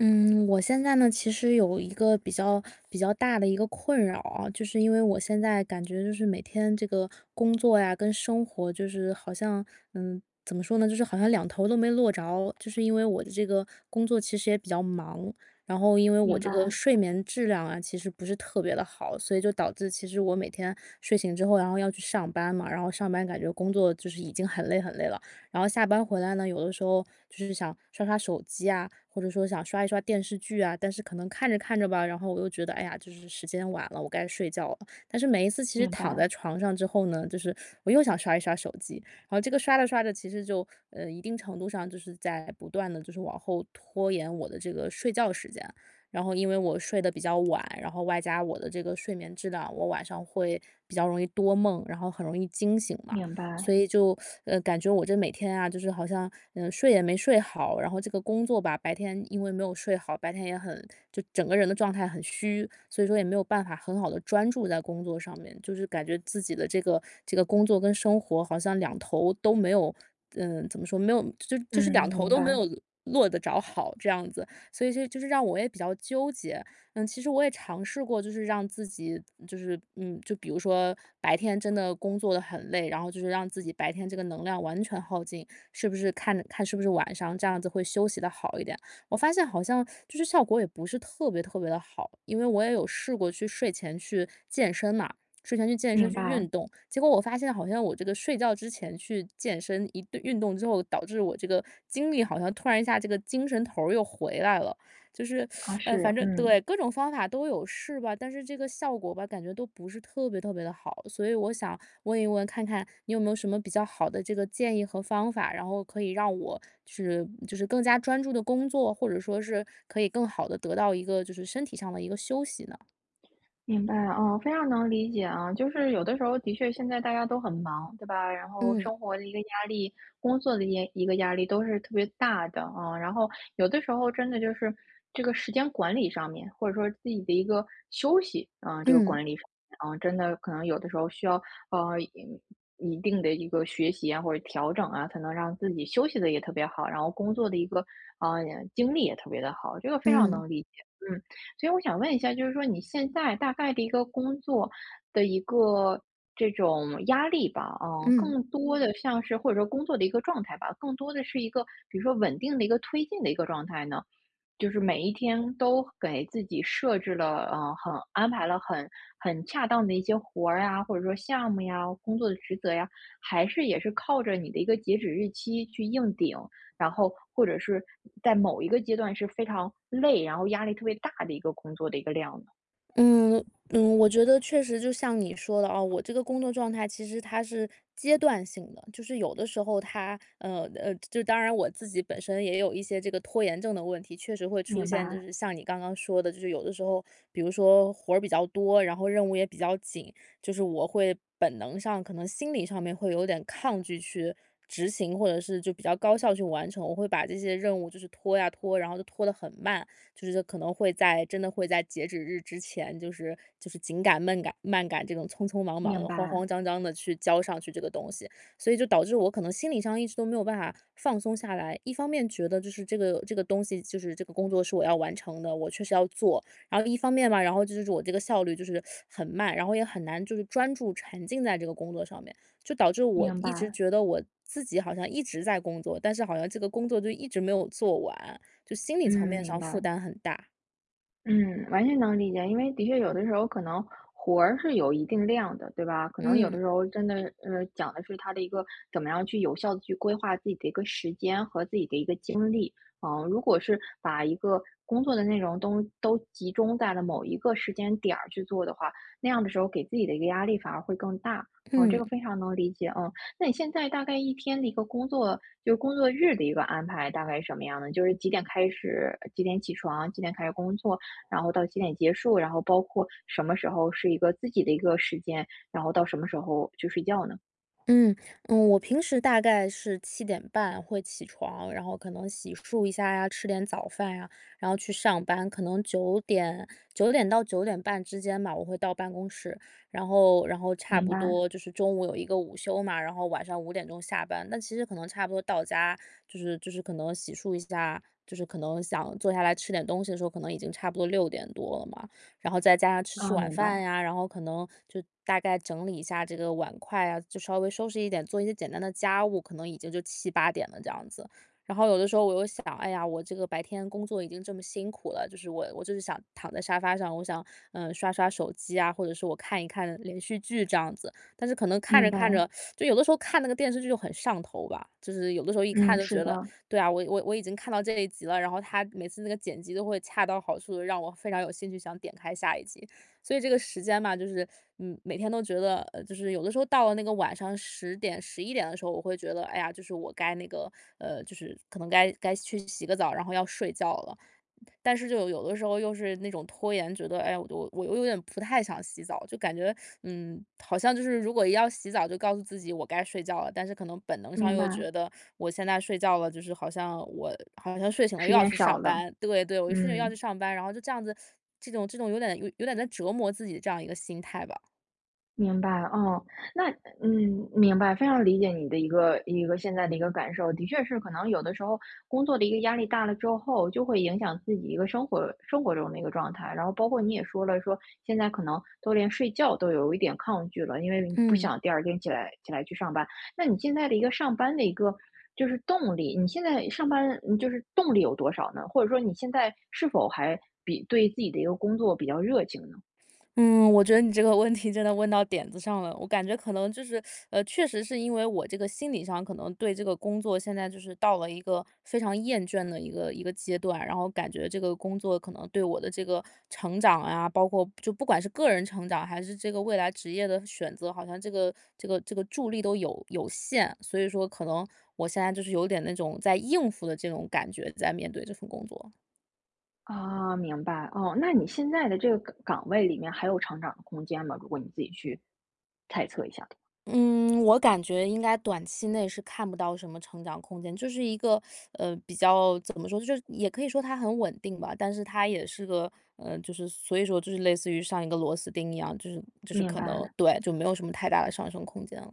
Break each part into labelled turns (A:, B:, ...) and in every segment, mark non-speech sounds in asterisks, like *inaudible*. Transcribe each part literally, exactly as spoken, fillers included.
A: 嗯，我现在呢，其实有一个比较比较大的一个困扰啊，就是因为我现在感觉就是每天这个工作呀跟生活就是好像，嗯，怎么说呢，就是好像两头都没落着，就是因为我的这个工作其实也比较忙，然后因为我
B: 明
A: 这个
B: 白，
A: 睡眠质量啊，其实不是特别的好，所以就导致其实我每天睡醒之后，然后要去上班嘛，然后上班感觉工作就是已经很累很累了。然后下班回来呢，有的时候就是想刷刷手机啊，或者说想刷一刷电视剧啊，但是可能看着看着吧，然后我又觉得，哎呀，就是时间晚了，我该睡觉了。但是每一次其实
B: 明
A: 躺在
B: 白，
A: 床上之后呢，就是我又想刷一刷手机，然后这个刷着刷着，其实就呃一定程度上就是在不断的就是往后拖延我的这个睡觉时间。然后因为我睡得比较晚，然后外加我的这个睡眠质量，我晚上会比较容易多梦，然后很容易惊醒嘛。
B: 明
A: 所
B: 白，
A: 以就，呃，感觉我这每天啊，就是好像，嗯，呃睡也没睡好，然后这个工作吧，白天因为没有睡好，白天也很就整个人的状态很虚，所以说也没有办法很好的专注在工作上面，就是感觉自己的这个这个工作跟生活好像两头都没有，嗯，怎么说，没有就
B: 嗯，
A: 就是两头
B: 明
A: 都
B: 白，
A: 没有落得着好这样子，所以就就是让我也比较纠结。嗯，其实我也尝试过，就是让自己就是，嗯，就比如说白天真的工作的很累，然后就是让自己白天这个能量完全耗尽，是不是看看是不是晚上这样子会休息的好一点。我发现好像就是效果也不是特别特别的好，因为我也有试过去睡前去健身嘛，睡前去健身
B: 明
A: 去
B: 白，
A: 运动，结果我发现好像我这个睡觉之前去健身，一顿运动之后，导致我这个精力好像突然一下这个精神头儿又回来了。就是，
B: 啊，
A: 呃，反
B: 是，
A: 正
B: 嗯。
A: 对，各种方法都有试吧，但是这个效果吧，感觉都不是特别特别的好。所以我想问一问，看看你有没有什么比较好的这个建议和方法，然后可以让我是就是更加专注的工作，或者说是可以更好的得到一个就是身体上的一个休息呢？
B: 明白，嗯，非常能理解啊。就是有的时候的确现在大家都很忙，对吧？然后
A: 嗯
B: 生活的一个压力，工作的一一个压力都是特别大的啊。然后有的时候真的就是这个时间管理上面，或者说自己的一个休息啊，这个
A: 嗯
B: 管理上面啊，真的可能有的时候需要呃一一定的一个学习啊，或者调整啊，才能让自己休息的也特别好，然后工作的一个啊、呃、精力也特别的好，这个非常
A: 嗯
B: 能理解。嗯，所以我想问一下，就是说你现在大概的一个工作的一个这种压力吧，嗯，
A: 嗯。
B: 更多的像是或者说工作的一个状态吧，更多的是一个比如说稳定的一个推进的一个状态呢？就是每一天都给自己设置了，嗯，很安排了很很恰当的一些活儿呀，或者说项目呀，工作的职责呀，还是也是靠着你的一个截止日期去硬顶，然后或者是在某一个阶段是非常累，然后压力特别大的一个工作的一个量呢？
A: 嗯嗯，我觉得确实就像你说的啊，我这个工作状态其实它是阶段性的，就是有的时候它呃呃，就当然我自己本身也有一些这个拖延症的问题，确实会出
B: 明
A: 现，就
B: 白，
A: 是像你刚刚说的，就是有的时候，比如说活儿比较多，然后任务也比较紧，就是我会本能上可能心理上面会有点抗拒去。执行或者是就比较高效去完成，我会把这些任务就是拖呀拖，然后就拖得很慢，就是可能会在真的会在截止日之前，就是就是紧赶慢赶慢赶这种匆匆忙
B: 明
A: 忙、慌
B: 白，
A: 慌张张的去交上去这个东西，所以就导致我可能心理上一直都没有办法放松下来。一方面觉得就是这个这个东西，就是这个工作是我要完成的，我确实要做。然后一方面嘛，然后就是我这个效率就是很慢，然后也很难就是专注沉浸在这个工作上面，就导致我
B: 明
A: 一直
B: 白，
A: 觉得我自己好像一直在工作，但是好像这个工作就一直没有做完。就心理层
B: 嗯，
A: 面
B: 明
A: 上负
B: 白。
A: 担很大。
B: 嗯，完全能理解，因为的确有的时候可能活儿是有一定量的，对吧？可能有的
A: 嗯
B: 时候真的，呃，讲的是他的一个怎么样去有效的去规划自己的一个时间和自己的一个精力。嗯，如果是把一个工作的内容都都集中在了某一个时间点儿去做的话，那样的时候给自己的一个压力反而会更大。嗯，这个
A: 嗯
B: 非常能理解。嗯，那你现在大概一天的一个工作，就是工作日的一个安排，大概是什么样的？就是几点开始，几点起床，几点开始工作，然后到几点结束，然后包括什么时候是一个自己的一个时间，然后到什么时候去睡觉呢？
A: 嗯嗯，我平时大概是七点半会起床，然后可能洗漱一下呀，吃点早饭呀，然后去上班。可能九点九点到九点半之间吧，我会到办公室，然后然后差
B: 明
A: 不
B: 白，
A: 多就是中午有一个午休嘛，然后晚上五点钟下班。那其实可能差不多到家，就是就是可能洗漱一下，就是可能想坐下来吃点东西的时候，可能已经差不多六点多了嘛。然后再加上吃吃
B: 啊，
A: 晚
B: 明
A: 饭
B: 白，
A: 呀，然后可能就大概整理一下这个碗筷啊，就稍微收拾一点，做一些简单的家务，可能已经就七八点了这样子。然后有的时候我又想，哎呀，我这个白天工作已经这么辛苦了，就是我我就是想躺在沙发上，我想，嗯，刷刷手机啊，或者是我看一看连续剧这样子。但是可能看
B: 明
A: 着
B: 白，
A: 看着，就有的时候看那个电视剧就很上头吧，就是有的时候一看
B: 嗯，
A: 就
B: 是
A: 觉得
B: 的，
A: 对啊，我我我已经看到这一集了，然后他每次那个剪辑都会恰到好处的让我非常有兴趣想点开下一集。所以这个时间嘛，就是，嗯，每天都觉得，呃，就是有的时候到了那个晚上十点、十一点的时候，我会觉得，哎呀，就是我该那个，呃，就是可能该该去洗个澡，然后要睡觉了。但是就有的时候又是那种拖延，觉得哎，我我我又有点不太想洗澡，就感觉嗯，好像就是如果要洗澡，就告诉自己我该睡觉了，但是可能本能上
B: 明
A: 又
B: 白，
A: 觉得我现在睡觉了，就是好像我好像睡醒了又
B: 时
A: 要
B: 间
A: 去
B: 少
A: 上
B: 了，
A: 班，对对，我一睡醒又要去
B: 嗯。
A: 上班，然后就这样子，这种这种有点有有点在折磨自己的这样一个心态吧，
B: 明白，哦，那嗯，明白，非常理解你的一个一个现在的一个感受，的确是，可能有的时候工作的一个压力大了之后，就会影响自己一个生活生活中的一个状态，然后包括你也说了，说现在可能都连睡觉都有一点抗拒了，因为你不
A: 嗯。
B: 想第二天起来起来去上班。那你现在的一个上班的一个就是动力，你现在上班嗯就是动力有多少呢？或者说你现在是否还比对自己的一个工作比较热情呢？
A: 嗯，我觉得你这个问题真的问到点子上了。我感觉可能就是，呃，确实是因为我这个心理上可能对这个工作现在就是到了一个非常厌倦的一个一个阶段，然后感觉这个工作可能对我的这个成长啊，包括就不管是个人成长还是这个未来职业的选择，好像这个这个这个助力都有有限，所以说可能我现在就是有点那种在应付的这种感觉，在面对这份工作。
B: 啊，明白，哦，那你现在的这个岗岗位里面还有成长的空间吗？如果你自己去猜测一下的话。
A: 嗯，我感觉应该短期内是看不到什么成长空间，就是一个呃比较怎么说，就是也可以说它很稳定吧，但是它也是个呃，就是所以说就是类似于上一个螺丝钉一样，就是就是
B: 明
A: 可能
B: 白。
A: 对，就没有什么太大的上升空间了。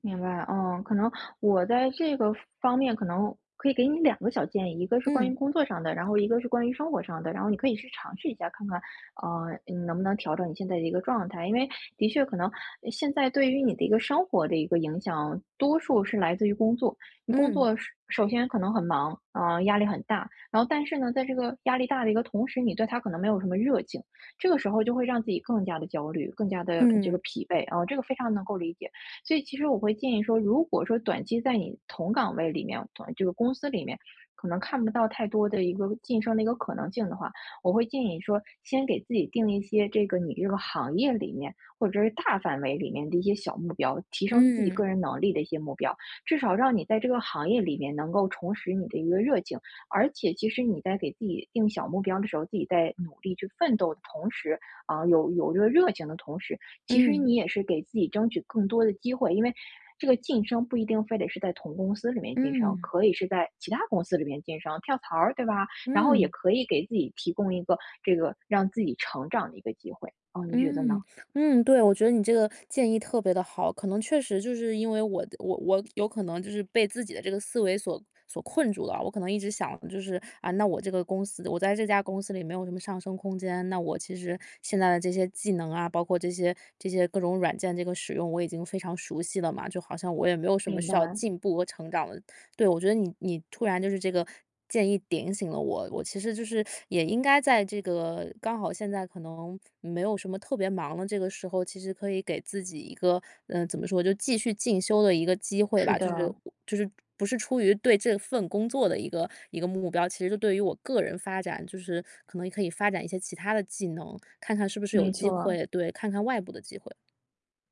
B: 明白，嗯，可能我在这个方面可能可以给你两个小建议，一个是关于
A: 嗯
B: 工作上的，然后一个是关于生活上的，然后你可以去尝试一下，看看，呃，你能不能调整你现在的一个状态，因为的确可能呃现在对于你的一个生活的一个影响，多数是来自于工作。你工
A: 嗯
B: 作是首先可能很忙，啊、压力很大，然后但是呢，在这个压力大的一个同时，你对他可能没有什么热情，这个时候就会让自己更加的焦虑，更加的这
A: 嗯
B: 个疲惫啊、这个非常能够理解。所以其实我会建议说，如果说短期在你同岗位里面，同这个公司里面，可能看不到太多的一个晋升的一个可能性的话，我会建议说，先给自己定一些这个你这个行业里面或者是大范围里面的一些小目标，提升自己
A: 嗯
B: 个人能力的一些目标，至少让你在这个行业里面能够重拾你的一个热情。而且，其实你在给自己定小目标的时候，自己在努力去奋斗的同时，啊、有有这个热情的同时，其实
A: 嗯
B: 你也是给自己争取更多的机会，因为这个晋升不一定非得是在同公司里面晋
A: 嗯
B: 升，
A: 嗯
B: 可以是在其他公司里面晋升，跳槽儿，对吧？然后也
A: 嗯。
B: 可以给自己提供一个这个让自己成长的一个机会，哦，你觉得呢？
A: 嗯，嗯，对，我觉得你这个建议特别的好。可能确实就是因为我的我我有可能就是被自己的这个思维所所困住了。我可能一直想就是，啊，那我这个公司我在这家公司里没有什么上升空间，那我其实现在的这些技能啊，包括这些这些各种软件这个使用，我已经非常熟悉了嘛，就好像我也没有什么
B: 明
A: 需
B: 白，
A: 要进步和成长的对，我觉得你你突然就是这个建议点醒了我，我其实就是也应该在这个刚好现在可能没有什么特别忙的这个时候，其实可以给自己一个嗯、呃怎么说，就继续进修的一个机会
B: 是
A: 吧，就是
B: 的，
A: 就是不是出于对这份工作的一个一个目标，其实就对于我个人发展，就是可能也可以发展一些其他的技能，看看是不是有
B: 没
A: 机
B: 错。
A: 会，对，看看外部的机会。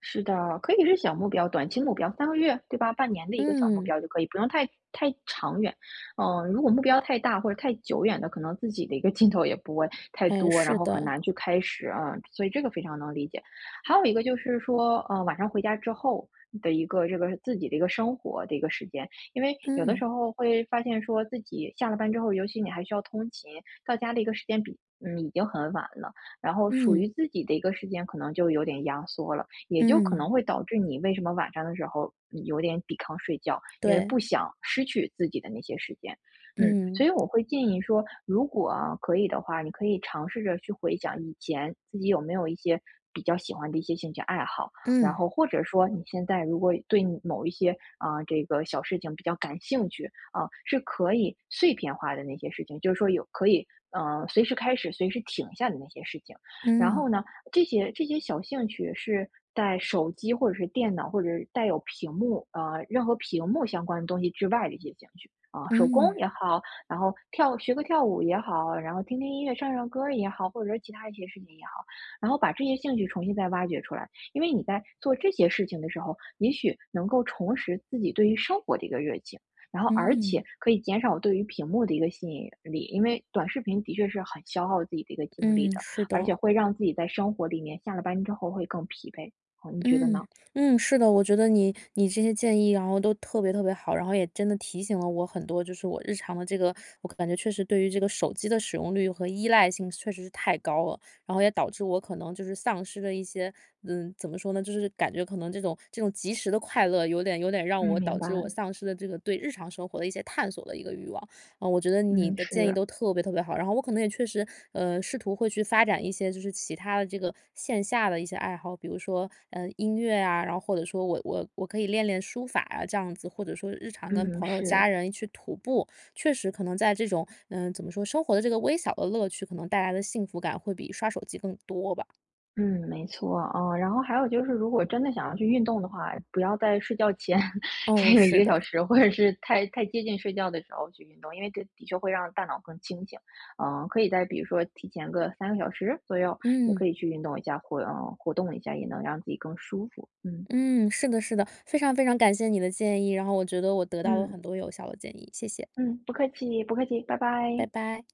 B: 是的，可以是小目标、短期目标三个月，对吧？半年的一个小目
A: 嗯，
B: 标就可以，不用太太长远。嗯，如果目标太大或者太久远的，可能自己的一个劲头也不会太
A: 哎，
B: 多，然
A: 是
B: 后很
A: 的，
B: 难去开始啊，所以这个非常能理解。还有一个就是说，呃，晚上回家之后的一个这个自己的一个生活的一个时间，因为有的
A: 嗯
B: 时候会发现说自己下了班之后，尤其你还需要通勤，到家的一个时间比嗯，已经很晚了，然后属
A: 嗯
B: 于自己的一个时间可能就有点压缩了。也就可能
A: 嗯，
B: 会导致你为什么晚上的时候你有点抵抗睡觉，因为
A: 对，
B: 不想失去自己的那些时间。嗯，所
A: 嗯。
B: 以我会建议说，如果啊可以的话，你可以尝试着去回想以前自己有没有一些比较喜欢的一些兴趣爱好，然
A: 嗯，
B: 后或者说你现在如果对你某一些啊、这个小事情比较感兴趣啊、是可以碎片化的那些事情，就是说有可以嗯、呃随时开始、随时停下的那些事情。然
A: 嗯，
B: 后呢，这些这些小兴趣是在手机或者是电脑或者是带有屏幕，呃，任何屏幕相关的东西之外的一些兴趣啊，手工
A: 嗯，
B: 也好，然后跳学个跳舞也好，然后听听音乐、唱唱歌儿也好，或者是其他一些事情也好，然后把这些兴趣重新再挖掘出来。因为你在做这些事情的时候，也许能够重拾自己对于生活的一个热情。然后，而且
A: 嗯，
B: 可以减少对于屏幕的一个吸引力，因为短视频的确是很消耗自己的一个精力
A: 嗯，
B: 的。
A: 是
B: 而
A: 的，
B: 且会让自己在生活里面下了班之后会更疲惫。哦，你觉得
A: 嗯，
B: 呢？
A: 嗯，是的，我觉得你你这些建议，然后都特别特别好，然后也真的提醒了我很多，就是我日常的这个，我感觉确实对于这个手机的使用率和依赖性确实是太高了，然后也导致我可能就是丧失了一些，嗯，怎么说呢，就是感觉可能这种这种及时的快乐，有点有点让
B: 嗯，
A: 我
B: 明
A: 导
B: 白
A: 致
B: 了。
A: 我丧失了这个对日常生活的一些探索的一个欲望。嗯，我觉得你
B: 嗯，
A: 的建议
B: 是，
A: 都特别特别好，然后我可能也确实，呃，试图会去发展一些就是其他的这个线下的一些爱好，比如说，呃，音乐啊，然后或者说我我我可以练练书法啊，这样子，或者说日常跟
B: 嗯，
A: 朋友
B: 是，
A: 家人去徒步，确实可能在这种，嗯、怎么说，生活的这个微小的乐趣，可能带来的幸福感会比刷手机更多吧。
B: 嗯，没错，啊。然后还有就是，如果真的想要去运动的话，不要在睡觉前 *laughs*
A: 哦，
B: 这个一
A: 是
B: 个
A: 的，
B: 小时，或者是太太接近睡觉的时候去运动，因为这的确会让大脑更清醒。嗯，可以在比如说提前个三个小时左右，也
A: 嗯
B: 可以去运动一下，活，嗯，活动一下，也能让自己更舒服。嗯
A: 嗯，是的，是的，非常非常感谢你的建议，然后我觉得我得到了
B: 嗯
A: 很多有效的建议，谢谢，
B: 嗯，不客气，不客气，拜
A: 拜
B: 拜。
A: 拜。